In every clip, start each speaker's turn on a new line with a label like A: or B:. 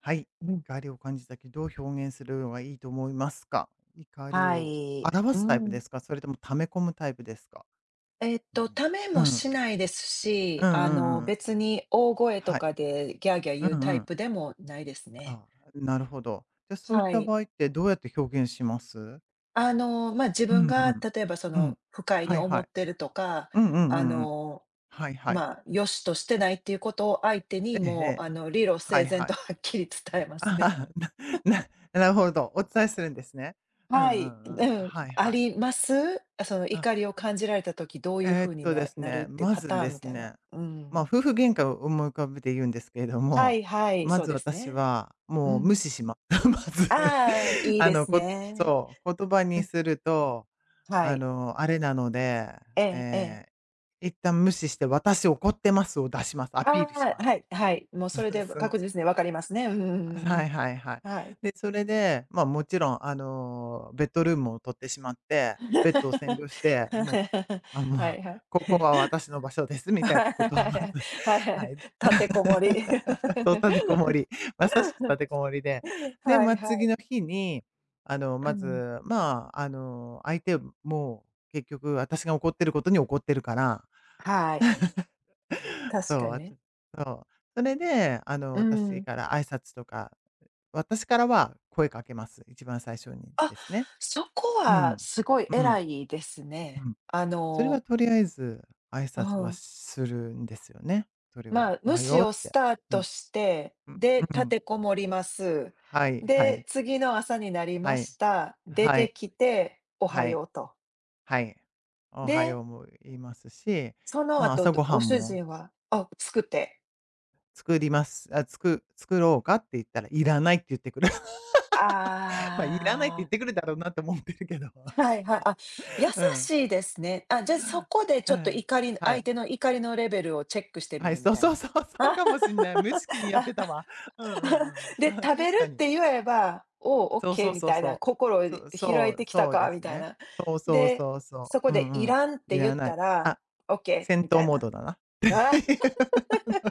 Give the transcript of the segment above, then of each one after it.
A: はい。
B: うん、
A: 怒りを感じた時、どう表現するのがいいと思いますか？怒り
B: は
A: を
B: い。
A: 表
B: う
A: すタイプで
B: ん。
A: すか？それとも溜め込むタイプですか？うん。
B: ため
A: う
B: も
A: ん。
B: しないですし、
A: うんうんうん。
B: 別に大声と
A: はい。
B: かでギャーギャー
A: う
B: 言うタ
A: んう
B: イ
A: ん。
B: プでもないですね。
A: ああ、なるほど。じゃあ、そういっ
B: は
A: た
B: い。
A: 場合ってどうやって表現します？
B: 自
A: う
B: 分
A: んう
B: が
A: ん。
B: 例えば
A: うん。
B: 不快に
A: はい
B: 思
A: は
B: っ
A: い。
B: てるとか、
A: うんうんう
B: あ
A: んうん。
B: の、
A: はいはい。
B: 良しとしてないっていうことを相手
A: え
B: に
A: ええ
B: もう、
A: え。
B: 理路
A: は
B: 整
A: い
B: 然
A: は
B: と
A: い。
B: はっきり伝えますね。
A: ああ、ななるほど、お伝えするんですね。う
B: は
A: んう
B: い。
A: んうん。
B: うん。
A: はい
B: あ
A: はい。
B: ります？その
A: あ
B: 怒りを感じられた時、どういう
A: えーっ
B: 風に
A: とで
B: な
A: す
B: なるっ
A: ね、
B: ていう
A: ま
B: パ
A: ず
B: ター
A: で
B: ンみ
A: す
B: たいな。
A: ね、
B: う
A: まあ、
B: ん。
A: 夫婦喧嘩を思い浮かべて言うんですけれど
B: は
A: も、
B: いはい、
A: ま
B: そう
A: ず
B: です
A: 私
B: ね。
A: は、
B: う
A: もう無
B: ん。
A: 視します。まず。
B: ああ、いいです
A: こ
B: ね。
A: そう、言葉
B: う
A: に
B: ん、
A: すると、
B: はい。
A: あれなので、
B: ええええ。
A: え一旦無視して、私怒ってますを出します。ア
B: あ
A: ピ
B: あ、
A: ールします。
B: はいはい。もうそれ で
A: すごい。
B: 確実にわかりますね。うんうんうんう
A: はい
B: ん。
A: はいはい。
B: はい。
A: で、それで、まあ、もちろん、ベッドルームを取ってしまって、ベッドを占領し て、もう、あ、もう、
B: はい は
A: こ
B: い。
A: こは私の場所です、みたいなことをまず、
B: はいはい は
A: は
B: い。
A: い。
B: 立てこもり。
A: そ う、立てこもり。まさしく立てこもりで。で、
B: はい
A: ま、
B: は
A: 次
B: い。
A: の日に、
B: う
A: ま
B: ん。
A: ず、まあ、相手も結局私が怒ってることに怒ってるから、
B: はい、確か
A: そう、
B: に
A: あと
B: ね。
A: そう。それで、
B: う
A: 私
B: ん。
A: から挨拶とか私からは声かけます。一番最初に
B: あ、
A: ですね。
B: そこ
A: う
B: は
A: ん。
B: すごい
A: う
B: 偉
A: ん、
B: いです
A: う
B: ね。
A: ん。それはとりあえず挨
B: う
A: 拶は
B: ん。
A: するんですよね。それは「お
B: 無
A: は
B: 視
A: よう」っ
B: をス
A: て。
B: ター
A: う
B: ト
A: ん、
B: して、
A: うん、
B: で、
A: う
B: 立
A: ん。
B: てこもります。
A: はいは
B: で、
A: い。
B: 次の朝になりま
A: はい。
B: した。出
A: は
B: て
A: い。
B: きて、おは
A: はい。
B: ようと。
A: はい。おはよ
B: で、
A: うも言いますし、
B: その
A: まあ、
B: 後、
A: 朝ご
B: ご
A: はん
B: 主
A: も
B: 人は、あ、作って。
A: 作ります。あ、作ろうかって言ったら「いらない」って言ってくる。ま、あいらないって
B: あ
A: 言ってくるだろうなと思ってるけど。
B: あ、はいはい。あ、優
A: うん、
B: しいですね。あ、じゃ、そこでち
A: う
B: ょっと
A: ん。は
B: 相
A: い。
B: 手の怒りのレベルをチェックしてみ
A: はい、
B: るみ
A: そう
B: たい
A: そう
B: な。
A: そう、そう
B: あ
A: かもしんない。無意識にやってた わ。うんうんう
B: で、
A: んうん。あ
B: 食べ
A: 確
B: る
A: か
B: っ
A: に。
B: て言えば、おお、オッ
A: そう
B: ケ
A: そ
B: ー
A: う
B: み
A: そう
B: たいな、
A: そう。
B: 心を
A: そう
B: 開
A: そ
B: いて
A: う
B: きた
A: そう
B: か
A: で
B: み
A: す
B: たい
A: ね。
B: な。
A: そうそう
B: で、
A: そうそ
B: そこ
A: う。う
B: でい
A: んうん。
B: らんって
A: い
B: 言っ
A: らな
B: た
A: い。
B: ら、
A: あ、
B: オッケー
A: 戦
B: みた
A: 闘
B: い
A: モー
B: な。
A: ドだな。
B: ああ、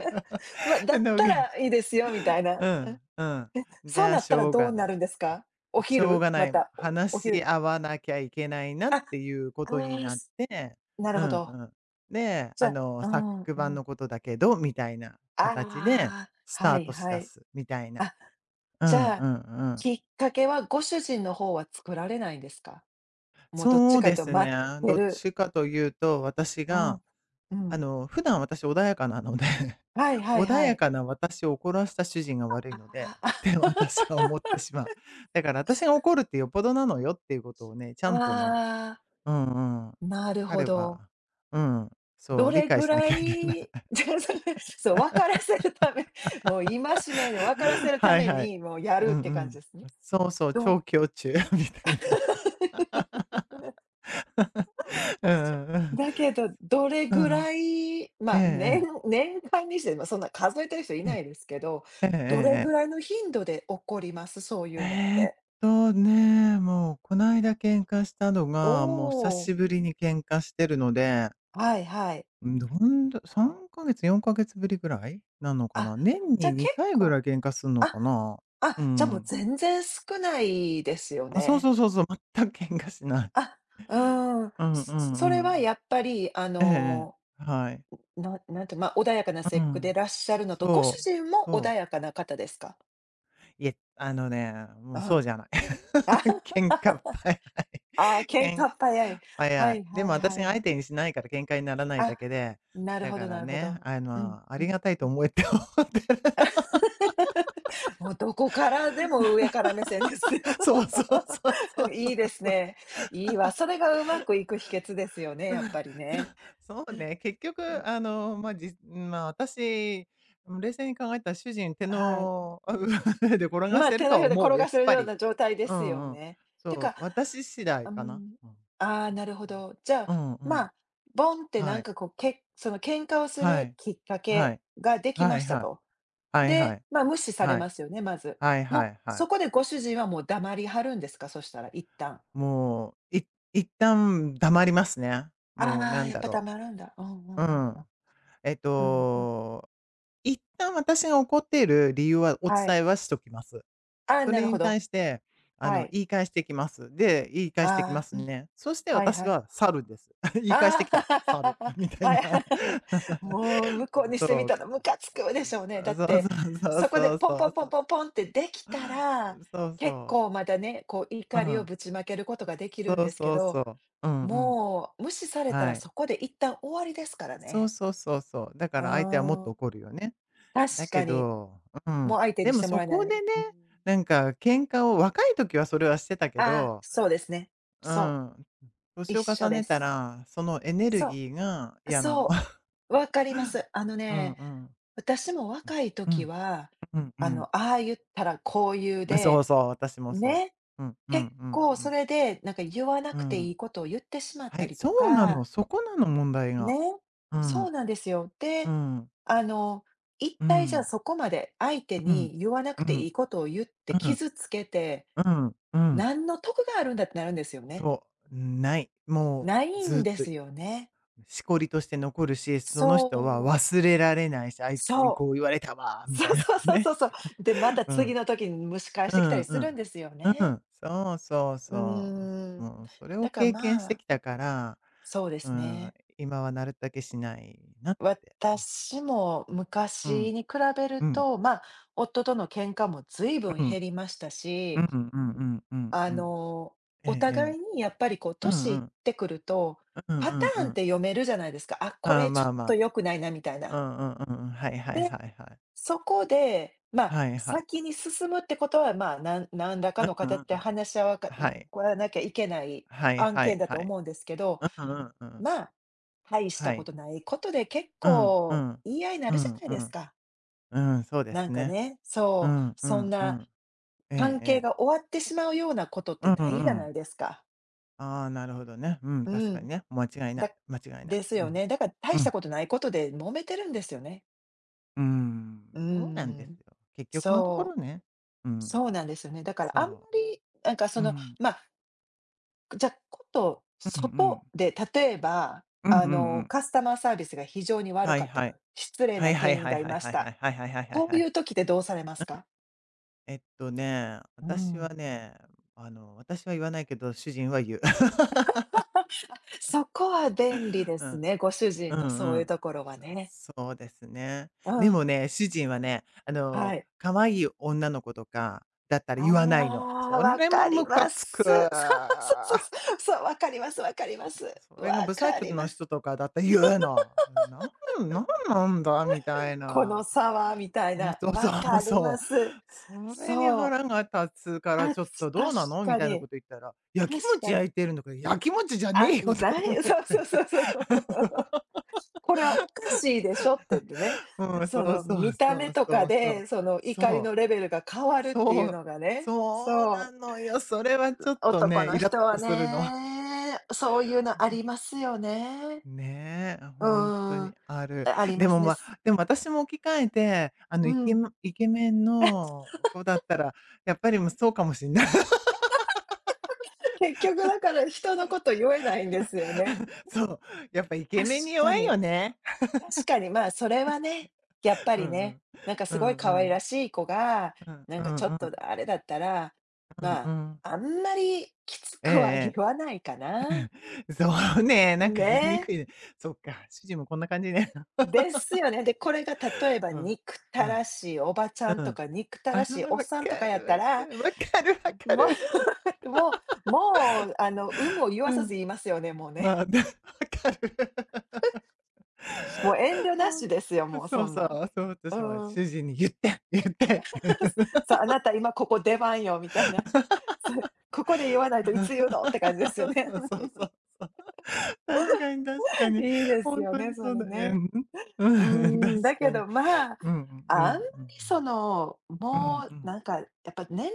B: だ っ
A: なん
B: た
A: か
B: らいいですよみたい な。
A: う
B: うん、
A: ん、うん。じ
B: そう
A: ゃあ、
B: なっ
A: し
B: たら
A: ょう
B: どう
A: が
B: な
A: ない。
B: るんですか？お
A: しょう
B: 昼？
A: がな
B: ま
A: い。
B: た、おお
A: 話し
B: 昼
A: 合わなきゃいけないなっ
B: あ、あ
A: ていうことに
B: あ、
A: なって、
B: なる
A: う
B: ほ
A: ん
B: ど。
A: うん。で、
B: じゃあうん
A: 昨
B: う
A: 晩
B: ん。
A: のことだけど、みたいな形で、
B: ああ、
A: ス
B: は
A: ター
B: い
A: トし
B: は
A: だ
B: い。
A: す、みたいな。
B: あ、
A: う
B: じ
A: んう
B: ゃ
A: ん
B: あ、
A: うん。
B: きっかけはご主人の方は作られないんですか？もうどっ
A: そ
B: ち
A: う
B: かいう
A: で
B: と
A: す
B: 待
A: ね。
B: って
A: どっ
B: る。
A: ちかというと、私
B: う
A: が
B: ん。うん。
A: 普段私穏やかなので
B: はい はい
A: 穏
B: は
A: や
B: い。
A: かな私を怒らした主人が悪い
B: あ
A: ので、
B: あ、
A: っ
B: あ、
A: て私は思ってしまう。だから私が怒るってよっぽどなのよっていうことをね、ちゃ
B: あ
A: んとね、
B: あ、
A: うんうん、
B: なるほ
A: 彼
B: ど。
A: は、うん、そ
B: ど
A: う、理
B: れ
A: 解
B: ぐ
A: しな
B: ら
A: きゃいけない。
B: いじゃ、それ、そう、分からせるため、もう戒めで分からせ るた
A: はい
B: め
A: はい。
B: に、もうやる
A: う
B: っ
A: んう
B: て感じ
A: ん。
B: ですね。
A: そうそう、
B: ど
A: 調教中 みたいな。うんうんうん。
B: だけど、どれ
A: う
B: ぐ
A: ん。
B: らい、
A: ええええ。
B: 年間にして、そんな数えてる人い
A: え
B: な
A: え
B: いですけど、
A: ええ
B: どれぐ
A: え
B: ら
A: え。
B: いの頻度で起こります？そういうのっ
A: えーっ
B: て。
A: もうこないだ喧嘩したの
B: お
A: が、もう久
B: お、
A: しぶりに喧嘩してるので、
B: はいはい。
A: ん、どんど3ヶ月、4ヶ月ぶりぐらいなのか
B: あ、
A: な。年
B: じゃ、
A: に2回ぐらい喧嘩すんの
B: あ、
A: かな。う
B: もう
A: ん。
B: 全然少ないですよ
A: あ、そう
B: ね。
A: そうそうそう、全く喧嘩しない。
B: あ、うーん。
A: うんう
B: そ
A: ん
B: れ
A: う
B: は
A: ん。
B: やっぱり、
A: えええ。はい。
B: ななんて、ま、あ穏やかな
A: う
B: 性格でい
A: ん。
B: らっしゃるのと、ご主
A: そう、
B: 人も穏
A: そう。
B: やかな方ですか？
A: いえ、
B: う
A: も
B: ん。
A: うそう
B: あ、
A: じゃない。喧嘩っ 早い。
B: ああ、喧
A: 喧嘩
B: 嘩早い。は
A: 早い。
B: い
A: で
B: は
A: も
B: いは
A: 私
B: いは
A: が相
B: い。
A: 手にしないから喧嘩にならないだ
B: あ、
A: けで、
B: なる
A: だ
B: ほ
A: か
B: どな
A: ら
B: るほ
A: ね、
B: ど。うん、
A: あ
B: う
A: り
B: ん。
A: がたいと思えって思ってる。
B: もうどこからでも上から目線ですよ。
A: そうそうそうそ う
B: い
A: そ
B: いで
A: う。
B: すね。いいわ。それがうまくいく秘訣ですよね、
A: そう
B: やっぱり
A: そ
B: ね。
A: うそうね、結局、まあ、じまあ、私、冷静に考えたら主人手
B: はい。
A: のあ 上で転がしてる
B: 手
A: と
B: のひ
A: は
B: らで
A: 思
B: 転
A: う、や
B: が
A: っ
B: せる
A: ぱ
B: よう
A: り。
B: な状態で
A: う
B: すよ
A: んうん。
B: ね。
A: そ
B: てか、
A: う、私次第
B: う
A: かな。
B: ん、
A: うん。
B: ああ、なるほど。じゃあ、
A: うんう
B: ま
A: ん。
B: あ、ボンってな
A: は
B: ん
A: い。
B: かこう、その喧嘩をす
A: は
B: る
A: い。
B: きっか
A: は
B: け
A: い。
B: ができ
A: は
B: ま
A: い
B: した
A: はい。
B: と。
A: はいは
B: で、
A: い。
B: 無視され
A: はい。
B: ますよね、まず。
A: はい
B: も
A: は
B: う、
A: いは
B: そ
A: い。
B: こでご主人はもう黙りはるんですか？そしたら、一旦。
A: もう、一旦黙りますね。もう
B: あ
A: な
B: あ、
A: ん
B: やっ
A: だ
B: ぱ
A: ろ
B: 黙るんだ。うんうん
A: う。う
B: うん
A: ん。
B: うん。
A: えっ
B: うんうん。
A: と、一旦私が怒っている理由はお
B: は
A: 伝
B: い。
A: えはしときます。
B: ああ、
A: そ
B: なる
A: れ
B: ほ
A: に
B: ど。
A: 対して、
B: はい。
A: 言い返してきます。で、言い返
B: あ
A: してきま
B: あ、
A: す
B: うん。
A: ね。そして
B: はいは
A: 私
B: い。
A: は猿です。言い返して
B: あ
A: きた。猿
B: あ、
A: み たい
B: はい。
A: な。
B: もう向こう にし
A: そ
B: てみ
A: う。
B: たらムカつ
A: あ、
B: くでしょうね。だっ
A: そう
B: て、
A: そうそう
B: そこで
A: そう
B: ポ
A: そ
B: ンポン
A: う
B: ポ
A: そ
B: ン
A: う。
B: ポンポンってできたら、
A: そう
B: 結
A: そ
B: 構
A: う。
B: まだね、こう
A: う
B: 怒りを
A: ん。
B: ぶちまけることができ
A: そ
B: るん
A: う
B: ですけ
A: そう
B: ど、
A: そう。うんうん。
B: もう無視された
A: は
B: ら
A: い。
B: そこで一旦終わりですから
A: そう
B: ね。
A: そうそうそう。だから相手はもっと
B: あ
A: 怒るよね。
B: あ
A: だ
B: 確
A: け
B: かに。
A: ど、う
B: も
A: ん。
B: う相手
A: で
B: にし
A: も
B: ても
A: そ
B: らえ
A: こ
B: ない。
A: でね、
B: うん。
A: なんか喧嘩を若い時はそれはしてたけ
B: ああ、
A: ど、
B: そうですね。
A: う
B: そ
A: ん、
B: う、一
A: 年を
B: 緒
A: 重
B: で
A: ねた
B: す。
A: ら、そのエネル
B: そ
A: ギーが
B: う。
A: 嫌なの。
B: そう、わかります。あの
A: うん
B: ね、
A: うん。
B: 私も若い
A: う
B: 時
A: ん、
B: は、
A: うん、うん。
B: ああ言ったらこう言う
A: うんそう
B: で、
A: そう、私もそ
B: ね、
A: う。うんうん
B: 結
A: うん
B: 構
A: う
B: そ
A: ん。
B: れで、なんか言わな
A: う
B: くてい
A: ん。
B: いことを言ってしまっ
A: は
B: た
A: い、
B: りと
A: そうな
B: か、
A: の、そこなの問題
B: ね、
A: が。う
B: そう
A: ん、
B: なんですよ。
A: う
B: で、
A: ん。
B: あの、一
A: う
B: 体じゃあ
A: ん、
B: そこまで相手
A: うん、
B: に言わなく
A: うん、う
B: てい
A: ん、
B: いことを言って傷つけて、
A: うん、うん。
B: 何の得があるんだってなるんですよね。
A: そう、ない。も
B: な
A: う
B: いん
A: ずっ
B: で
A: と
B: すよね。
A: しこりとして残るし、その人は
B: そう、
A: 忘れられないし、あいつに
B: そう。
A: こう言われたわみ
B: そ
A: た
B: う
A: いな
B: そう
A: の
B: そうそ
A: ね。
B: うそう。で、ま た
A: う
B: 次
A: ん。
B: の時に蒸し返し
A: う
B: てきたり
A: んう
B: するん
A: ん。
B: ですよ
A: う
B: ね。
A: ん。そうそう
B: う
A: そ
B: ー
A: う。
B: ん。
A: もうそれを
B: だから
A: 経験してきたから、
B: そうで
A: う
B: す
A: ん、
B: ね。
A: 今はなるだけしないなって。あ、
B: 私も
A: う
B: 昔
A: ん、
B: に比べる
A: うん、
B: と、夫との喧嘩も随分
A: うん、
B: 減りました
A: う
B: し、
A: んうんうんうん
B: あ
A: うん。
B: の、
A: ええ
B: お
A: え
B: 互
A: え。
B: いにやっぱりこう、
A: うん
B: 年
A: う
B: いっ
A: ん。
B: てくると、
A: うん
B: パ
A: う
B: タ
A: んう
B: ーンって
A: ん。
B: 読めるじゃないですか。あ、こ
A: ああ、
B: れち
A: ま
B: ょっ
A: あま
B: と
A: あ。
B: 良くないなみたい
A: う
B: な。
A: んうんうんうん。はいはい
B: で、
A: はいはい。
B: そこで、
A: はいはい。
B: 先に進むってことは、何らか
A: う
B: の
A: んう
B: 形
A: ん
B: で
A: うん。
B: 話し合わか
A: はい。
B: こらなきゃいけない
A: はい
B: 案
A: はい
B: 件だ
A: は
B: と
A: い。
B: 思うんですけど、
A: うんうんうん。
B: まあ、大した
A: は
B: こ
A: い。
B: とないことで結
A: うんう
B: 構
A: ん。
B: 言い合いにな
A: う
B: るじゃ
A: ん
B: ない
A: う
B: です
A: ん。
B: か。
A: うん、そうで
B: な
A: す
B: んか
A: ね。
B: ね、
A: う
B: そう、
A: んう
B: そん
A: んう
B: な
A: ん。ええ
B: 関
A: え
B: 係
A: え。
B: が終わってしまうようなことっ
A: う
B: て
A: ん
B: ないじ
A: う
B: ゃな
A: ん。
B: いですか。
A: ああ、なるほどね。うん、
B: う
A: 確かに
B: ん。
A: ね。間違いない。
B: だ
A: 間違いない。
B: です
A: う
B: よ
A: ん。
B: ね。だから
A: う
B: 大した
A: ん。
B: ことないことで揉めてるんですよね。
A: う
B: う
A: ん。そうなんで
B: ん、
A: すよ。結局のとこ
B: そう。
A: ろね。うん。
B: そうなんですよね。だからあんま
A: そ
B: り、なんか
A: う。
B: そ
A: う
B: の、
A: ん。
B: ま、あじゃ、あこと
A: うんうん。
B: 外で、例えば、
A: うんうんうん。
B: カスタマーサービスが非常に悪
A: は
B: か
A: い
B: った
A: は
B: と、
A: い。
B: 失礼
A: はい
B: な
A: はい
B: 店員
A: はい
B: がい
A: はい
B: ま
A: は
B: し
A: いはい
B: た。
A: はいはいはいはい
B: こう
A: は
B: い
A: い。
B: う時ってどうされますか？う
A: 私は
B: ん。
A: ね、私は言わないけど、主人は言う。
B: そこは便利で
A: う
B: す
A: ん、
B: ね、ご主
A: う
B: 人の
A: ん
B: そう
A: う
B: いう
A: ん。
B: ところはね。
A: そうですね。
B: う
A: で
B: ん、
A: もね、主人はね、
B: はい。
A: 可愛い女の子とかだったら
B: あ
A: 言わないの。
B: あ、
A: そ
B: わ
A: れも
B: かり
A: ム
B: ま
A: カつ
B: す。
A: く。
B: そうそうそうそう、そう、わかりますわかります。
A: それが
B: わ
A: 不細
B: か
A: 工
B: り
A: の
B: ます。
A: 人とかだったら言うの。なんだみたい
B: この
A: な。
B: 差はみたい
A: うん、
B: な、
A: そう
B: わ
A: そ
B: か
A: う
B: りま
A: そう。
B: す。
A: それに
B: そう、
A: 腹が立つから、ちょっとどうな
B: 確
A: のみ
B: か
A: たいな
B: に、
A: こと言ったら、やきも
B: 確か
A: ち
B: に。
A: 焼いてるんだから、やきもちじゃね
B: あ、
A: えよとか思っ
B: そうそう
A: て。
B: そうそう。これはおかしいでしょってね、
A: うん、そ
B: そ
A: う
B: の
A: そう
B: 見た
A: そ
B: 目
A: う
B: とか
A: そうそ
B: で、
A: う。
B: その怒り
A: そ
B: のレベルが変わ
A: う、
B: るって
A: そ
B: いう
A: う、
B: のがね、
A: そうな
B: そう、
A: のよ。それはちょっと
B: 男
A: ね、
B: の
A: イラッ
B: 人は
A: とするの。
B: ね、そういうのあり ますよね。
A: ねえ、
B: う
A: ほんと
B: ー
A: に
B: ん、
A: ある。
B: ありま
A: でも、
B: すね、
A: まあ、でも私も置き換えて、
B: う
A: イケ
B: ん。
A: メンイケメン の子だったら、やっぱり、もう、そうかもしんない。
B: 結局だから人のこと言えないんですよね。
A: そう、やっぱイケ
B: 確
A: メンに
B: か
A: 弱い
B: に。
A: よね。
B: 確かに、それはね、やっ ぱ
A: う
B: り
A: んう
B: ね、
A: ん。
B: なんか
A: う
B: すごい
A: ん
B: 可
A: う
B: 愛ら
A: ん。
B: しい子が、
A: うん
B: なん
A: う
B: か
A: ん
B: ちょ
A: う
B: っと
A: ん
B: あれだったら、
A: うん
B: ま
A: う
B: あ、
A: ん。
B: あんまりきつくは言
A: ええ
B: わ
A: え
B: ないかな。
A: え。そうね、なんか言いに
B: ね。
A: くいね。そっか、主人もこんな感じね。
B: ですよね。で、これが例え ば
A: うん。
B: 憎
A: う
B: たら
A: ん
B: しいおばちゃ
A: う
B: んと
A: ん。
B: か憎たら
A: ああ、
B: しいおっ
A: わ
B: さんとか
A: か
B: やっ
A: る
B: た
A: わか
B: ら、
A: る。わかるわか
B: も
A: る。
B: うもうもう、有無を言わ
A: う
B: さ
A: ん。
B: ず言いますよね、もうね。
A: まあ、で、わかる。
B: もう遠慮な
A: ほん
B: しですよ、もう
A: そ
B: そ
A: う
B: ん
A: そ
B: な
A: う、
B: ん。
A: そう私も
B: うん。
A: 主人に言って、言ってって。
B: さあ、あなた今ここ出番よみたいな。そう、ここで言わないといつ言うのって感じですよね。
A: そうそうそうそう。確かに確か に。
B: いいです
A: 本
B: よ
A: 当
B: ね、
A: に
B: そ
A: そう
B: れ
A: だね。う
B: ね。
A: ん。
B: う
A: うん、
B: ー
A: 確
B: ん、だけ
A: か
B: ど、
A: に。うんうんうん
B: あんまり
A: うんうん。
B: もう
A: うんう
B: なんかやっぱ年齢重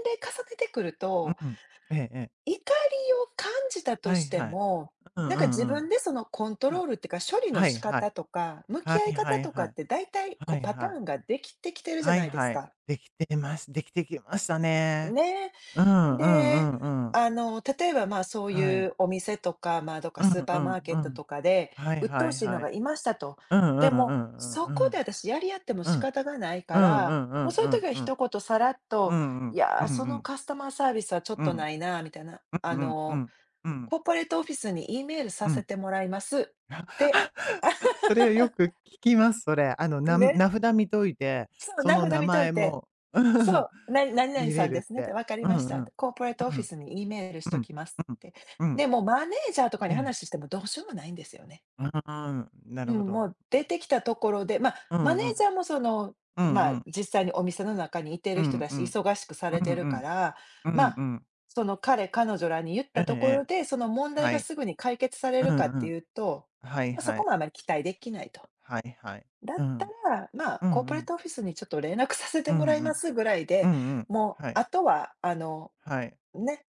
B: ねてくる
A: ん
B: と、
A: うん。ええええ。
B: 怒りを感じたと
A: は
B: し
A: い
B: て
A: はい。
B: も、
A: うん
B: なん
A: う
B: か自
A: んう
B: 分
A: ん。
B: でそのコントロ
A: は
B: ールっていうか、処理の
A: は
B: 仕
A: いはい。
B: 方とか、向き
A: は
B: 合
A: い
B: い
A: は
B: 方
A: い
B: と
A: は
B: かっ
A: い。
B: てだいたい
A: は
B: こう
A: い
B: パタ
A: はい。
B: ーンができてきてるじゃ
A: は
B: な
A: い
B: いです
A: はい。
B: か。
A: できてますできてきましたね。
B: ね
A: うんうんう
B: で、
A: んうん。
B: 例えば、そう
A: は
B: い
A: い。
B: うお店とか、どっか
A: う
B: スー
A: んう
B: パー
A: ん
B: マーケ
A: う
B: ット
A: ん。
B: とかで、
A: はい
B: 鬱
A: は
B: 陶
A: い
B: しいの
A: はい。
B: がいましたと。
A: うんう
B: で
A: んう
B: も、
A: ん
B: そ
A: うんう
B: こで
A: ん。
B: 私やり合っても
A: う
B: 仕
A: ん。
B: 方がない
A: う
B: か
A: んう
B: ら、
A: んう
B: もう
A: ん
B: そうい
A: う
B: う時
A: ん
B: は
A: うん。
B: 一言さらっ
A: う
B: と、
A: んう
B: い
A: ん。
B: や
A: う
B: ー、
A: ん
B: そ
A: う
B: の
A: ん。
B: カスタマーサービスはちょっ
A: う
B: と
A: ん。
B: ないな、みたいな。
A: うんうんうん。うん。
B: コーポレートオフィスに E メ
A: うんうんうん
B: ールさ
A: うんう
B: せ
A: ん
B: てもらいます。で、
A: それよく聞きます、それ。な
B: ね、
A: 名札見といて、
B: そう、
A: そ
B: 名
A: の
B: 札
A: 名
B: 見とい
A: 前
B: て。
A: も、
B: そう、な何々
A: 入
B: さ
A: れ
B: んで
A: る
B: す
A: っ
B: ねって、
A: て。
B: 「わかり
A: うん
B: まし
A: う
B: た、
A: ん。
B: コーポレートオ
A: う
B: フィ
A: ん
B: スに E メールし
A: うん。う
B: と
A: ん。
B: きます」って。
A: う
B: で、
A: ん。
B: もうマネージャーとか
A: え
B: に話
A: え。
B: してもどうしようもないんですよね。
A: あん、な
B: う
A: るほ
B: ん、も
A: ど。
B: う出てきたところで、ま、
A: う
B: マ
A: ん
B: ネ
A: う
B: ージ
A: ん。
B: ャーもその、
A: うん
B: ま、
A: うん。
B: 実際にお店の中にいて
A: う
B: る人
A: ん
B: だ
A: う
B: し、
A: ん。
B: 忙しくさ
A: う
B: れて
A: ん
B: る
A: う
B: か
A: ん。
B: ら、
A: うん
B: ま、
A: うん。
B: その彼女らに言っ
A: え
B: た
A: え
B: ところ
A: え。
B: で、その問題
A: は
B: が
A: い。
B: すぐに解決され
A: う
B: る
A: ん
B: かっ
A: う
B: て
A: ん。
B: いうと、
A: はい
B: ま、そ
A: は
B: こ
A: い。
B: もあまり期待できないと。
A: はいはい。
B: だっ
A: う
B: た
A: ん。
B: ら、まあ、
A: う
B: コー
A: んう
B: ポレー
A: ん。
B: トオフィスにちょっと連絡させて
A: うん
B: もらい
A: う
B: ま
A: ん。
B: すぐらい
A: う
B: で、
A: んうん。
B: もう
A: はい。
B: あとは、
A: はい。
B: ね、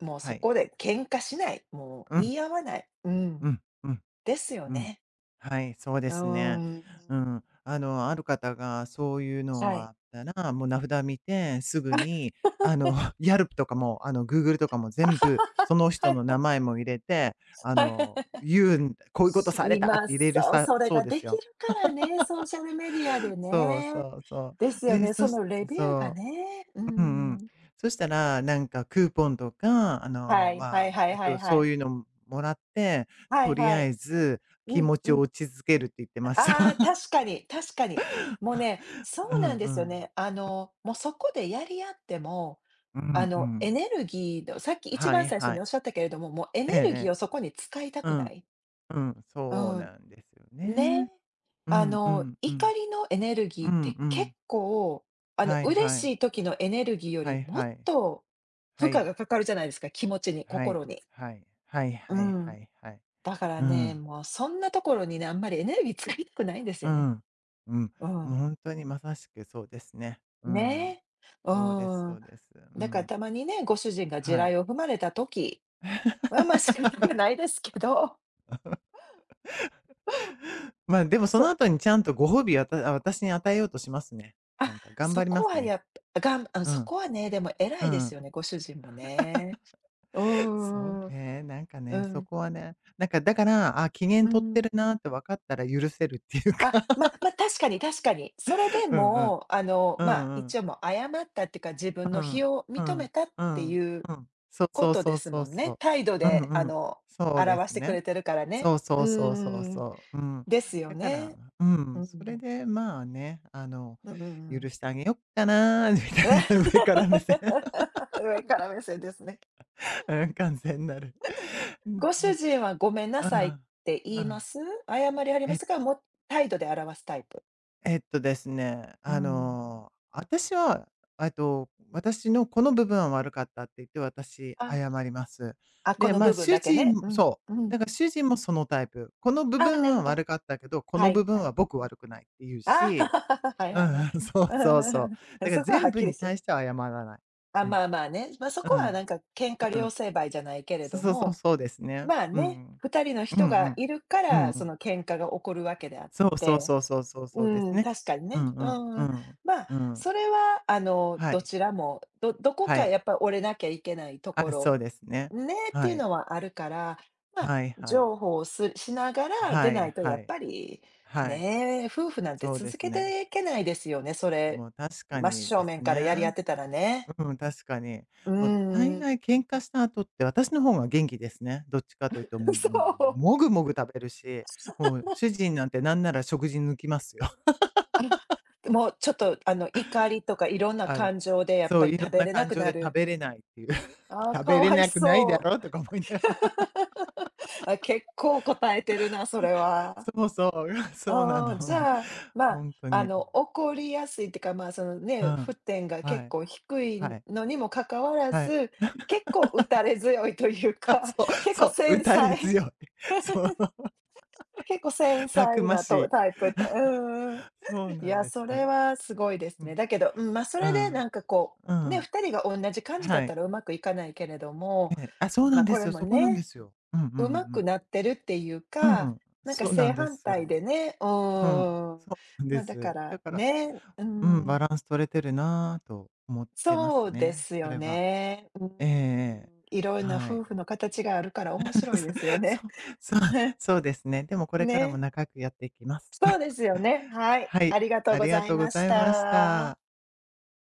B: もうそ
A: はい。
B: こで喧嘩しない、もう
A: う
B: 言
A: ん。
B: い合わない、うん、
A: うん。うん。
B: ですよ
A: うん。
B: ね。
A: はい、そうで
B: うー
A: すね。
B: ん、
A: うん。あの、ある方がそういうの
B: は
A: があ
B: い。
A: ったら、もう名札見て、すぐに、あ の、Yelp とかも、Google とかも
B: あ
A: 全部、その
B: は
A: 人の
B: い
A: 名
B: は
A: 前も入れて、あ
B: は
A: の、
B: い。
A: 言うん「こういうことされた」っ
B: 今、
A: て入れる
B: そう、
A: さ
B: それ
A: そう
B: が
A: で
B: で
A: す
B: き
A: よ。
B: るからね、ソーシャルメディアで
A: そうそ
B: ね。
A: うそう。
B: ですよ
A: で、
B: ね、
A: そ
B: そ
A: し
B: のレビューが
A: そ
B: ね、う
A: う。うんうん。
B: ん。
A: そしたら、なんかクーポンとか、
B: はいはいはいはいは
A: そう
B: い。
A: いうのもらって、
B: は
A: と
B: い
A: り
B: は
A: あ
B: い。
A: えず気
B: うん
A: 持ち
B: う
A: を
B: ん。
A: 落ち着けるって言ってました。
B: ああ、確か に、確かに。もうね、そ
A: う
B: うな
A: ん
B: んで
A: う
B: すよ
A: ん。
B: ね。もうそこでやり合っても、
A: うんう
B: エ
A: ん。
B: ネルギーの、さっき一
A: は
B: 番
A: い
B: 最初
A: は
B: に
A: い。
B: おっしゃったけれども、もうエネ
A: えええ
B: ルギーを
A: え。
B: そこに使いた
A: う
B: くな
A: ん、
B: い。
A: うん、
B: う
A: そう
B: ん。
A: なんですよ
B: ね。
A: ね。うんうんう
B: 怒
A: ん。
B: りのエネルギ
A: う
B: ーっ
A: ん
B: て
A: う
B: 結
A: ん。
B: 構、
A: はい
B: 嬉
A: はい。
B: しい時のエネルギーよ
A: は
B: り
A: い
B: もっ
A: はい。
B: と負
A: は
B: 荷
A: い。
B: がかかるじゃないですか、気持ちに、
A: は
B: 心
A: い
B: に。
A: はい。はい
B: う
A: はいは
B: ん。
A: いはい。
B: だから
A: う
B: ね、
A: ん。
B: もうそんなところにね、あんまりエネルギー使いたくないんです
A: う
B: よね。
A: ん。うん。
B: う
A: もう
B: ん。
A: 本当にまさしくそうですね。うん。
B: ね、う
A: そうですそ
B: ん。
A: うです。う
B: だから
A: ん。
B: たまにね、ご主人が地
A: はい。
B: 雷を踏まれた時は、ま、仕方が ないですけど、
A: まあ、でもその
B: そ
A: 後にちゃんとご褒美を私に与えようとしますね。な
B: あ、
A: んか頑
B: そ
A: 張り
B: こ
A: ます
B: は
A: ね。
B: やっぱがんあ、
A: う
B: そ
A: ん。
B: こはね、でも偉
A: う
B: いです
A: ん。
B: よね、ご主人もね。う
A: そう
B: んうんうん。
A: ね、なんかね、
B: う
A: そ
B: ん、
A: こはね、なんかだから、あ、機嫌取ってるなって分かったら許せるっていう
B: あ、
A: か。
B: 確かに確かに。それ で
A: うんうん。
B: も、
A: う
B: まあ、
A: んうん。
B: 一応もう謝ったっていうか、自分
A: う
B: の
A: ん
B: 非を
A: う
B: 認め
A: ん。
B: たっ
A: う
B: て
A: ん。
B: いう
A: うん。そう
B: こ
A: そう
B: と
A: そ
B: で
A: う
B: す
A: そ
B: も
A: う
B: んね。
A: そ
B: 態度
A: う。うん
B: で、
A: うん。そうで
B: 表
A: す
B: してく
A: ね。
B: れてるからね。
A: そうそ
B: う
A: う
B: う
A: そうそう
B: ん。
A: そう。うん。
B: ですよ
A: だから、
B: ね。
A: う
B: う
A: ん、
B: ん、う
A: それ
B: ん
A: で、まあね、あの、
B: うんうんう
A: 許
B: ん。
A: してあげよっかな、み
B: 上
A: たいな、上から目線。
B: から目線ですね。
A: うん、完全なる。うん、
B: ご
A: う
B: 主
A: ん。
B: 人はごめんな
A: う
B: さいっ
A: ん、
B: て言います？謝りありま
A: え
B: すかもう態度で表すタイプ。
A: ですね、
B: う
A: あ
B: ん。
A: の、私は、私のこの部分は悪かったって言って、私、
B: あ、
A: 謝ります。
B: あ、こ
A: で、
B: の
A: まあ、
B: 部分だけね。うん、うん。
A: 主人もそのタイプ。この部
B: あ
A: 分
B: なるほ
A: は
B: ど。
A: 悪かったけど、こ
B: は
A: の
B: い
A: 部
B: は
A: 分
B: い。
A: は僕悪くないって言う
B: あ。
A: し、
B: はい
A: う
B: はいはい。
A: んうん、そうそうそう。
B: うん。
A: だから
B: そこはは
A: 全
B: っ
A: 部
B: きり
A: に
B: す
A: 対
B: る。
A: しては謝らない。
B: あ、
A: うん。
B: まあまあね。ま、そこ
A: う
B: は
A: ん。
B: なんか喧嘩
A: うん。
B: 両成敗じゃないけれ
A: そう
B: ど
A: そうそう、
B: も、
A: そうですね。
B: まあ
A: う
B: ね、
A: ん。
B: 2人の
A: うん
B: 人
A: う
B: が
A: ん。
B: いるか
A: うん
B: ら、
A: う
B: そ
A: ん。
B: の喧嘩が起こるわけであっ
A: そうそう
B: て、
A: そうそうそうそ
B: う
A: うです
B: ん、
A: ね。
B: 確かに
A: う
B: ね。
A: ん
B: う
A: うんう
B: ん。
A: ん。
B: まあ、
A: うん。
B: それは、
A: は
B: ど
A: い。
B: ちらも、どどこ
A: は
B: か
A: い。
B: やっぱ折れなきゃいけないとこ
A: あ、そ
B: ろ、
A: うですね。
B: ね、ってい
A: は
B: う
A: い。
B: のはあるから、まあ、
A: はいはい。
B: 譲歩をしながら出
A: は
B: な
A: い
B: いと
A: は
B: やっ
A: い。
B: ぱり、
A: はい。
B: ね、夫婦なんて
A: そうで
B: 続
A: す
B: け
A: ね。
B: ていけないですよね、それ。
A: もう確か
B: 真
A: に
B: 正
A: です
B: 面からやり合っ
A: ね。
B: てたらね。
A: うん、確かに。
B: う
A: まあ、大
B: ーん、
A: 概喧嘩した後って私の方が元気ですね。どっちかというと、も、
B: そう。
A: もぐもぐ食べるし、もう主人なんてなんなら食事抜きますよ。
B: もうちょっと、怒りとかいろん な
A: あの、
B: 感情でやっ
A: そ
B: ぱ
A: う、
B: り
A: いろ
B: 食
A: ん
B: べ
A: な
B: れな
A: 感
B: く
A: 情
B: な
A: で食
B: る。
A: べれないっていう。
B: あ あ、
A: 食
B: か
A: べれ
B: わい
A: なくない
B: そ
A: だろう
B: う。
A: とか思いながら。
B: あ、結構答えてるな、それ は。
A: そうそう、そうな
B: ああ、
A: の。
B: じゃあ、まあ、
A: 本当に。
B: 怒りやすいっていうか、まあ、その
A: う
B: ね、沸
A: ん。
B: 点が
A: は
B: 結
A: い、
B: 構低
A: は
B: い
A: い、
B: のにもかかわら
A: はい。
B: ず、結構打 たれ強いという
A: あ
B: か、
A: そう、
B: 結構
A: そう、打
B: 繊
A: たれ
B: 細
A: 強い。そう、
B: 結構繊
A: たく
B: 細
A: ま
B: な
A: し
B: と
A: い。
B: タイプ、た、うん。
A: そう
B: い
A: なん
B: や、
A: で
B: そ
A: すよ。う
B: れ
A: ん。
B: はすごいですね。だけど、うん、まあ、そ
A: う
B: れでな
A: ん、
B: んかこ
A: う
B: う、ね、
A: ん、
B: 2人が同じ感じだ
A: は
B: った
A: い、
B: らうまくいかないけれども、
A: ええ、あ、そうな
B: ま、あ
A: んで
B: こ
A: す
B: れ
A: よ、
B: も
A: そこなんで
B: ね、
A: すよ。うんう
B: う
A: んう
B: まく
A: ん。
B: なってるっていう
A: う
B: か、
A: ん、
B: なんか
A: そうな
B: 正
A: んで
B: 反
A: す
B: 対
A: よ。
B: でね、う
A: うん、
B: ーん。
A: そうなん
B: ま
A: で
B: あ、だか
A: す。
B: ら
A: だから、
B: ね、う
A: うん、
B: ん、
A: バランス取れてるなぁと思ってます
B: そうで
A: ね、
B: す
A: そ
B: よ
A: れは。
B: ね。う
A: ええええ、
B: ん、いろんな
A: はい。
B: 夫婦の形があるから面白いですよ
A: そ
B: ね。
A: うそう、そうですね。でもこれからも
B: ね。
A: 仲良くやっていきます。
B: そうですよ ね。はい、
A: は
B: あ
A: い、
B: りがとう
A: あ
B: ご
A: りが
B: ざい
A: とうご
B: ま
A: ざ
B: し
A: いまし
B: た。
A: た。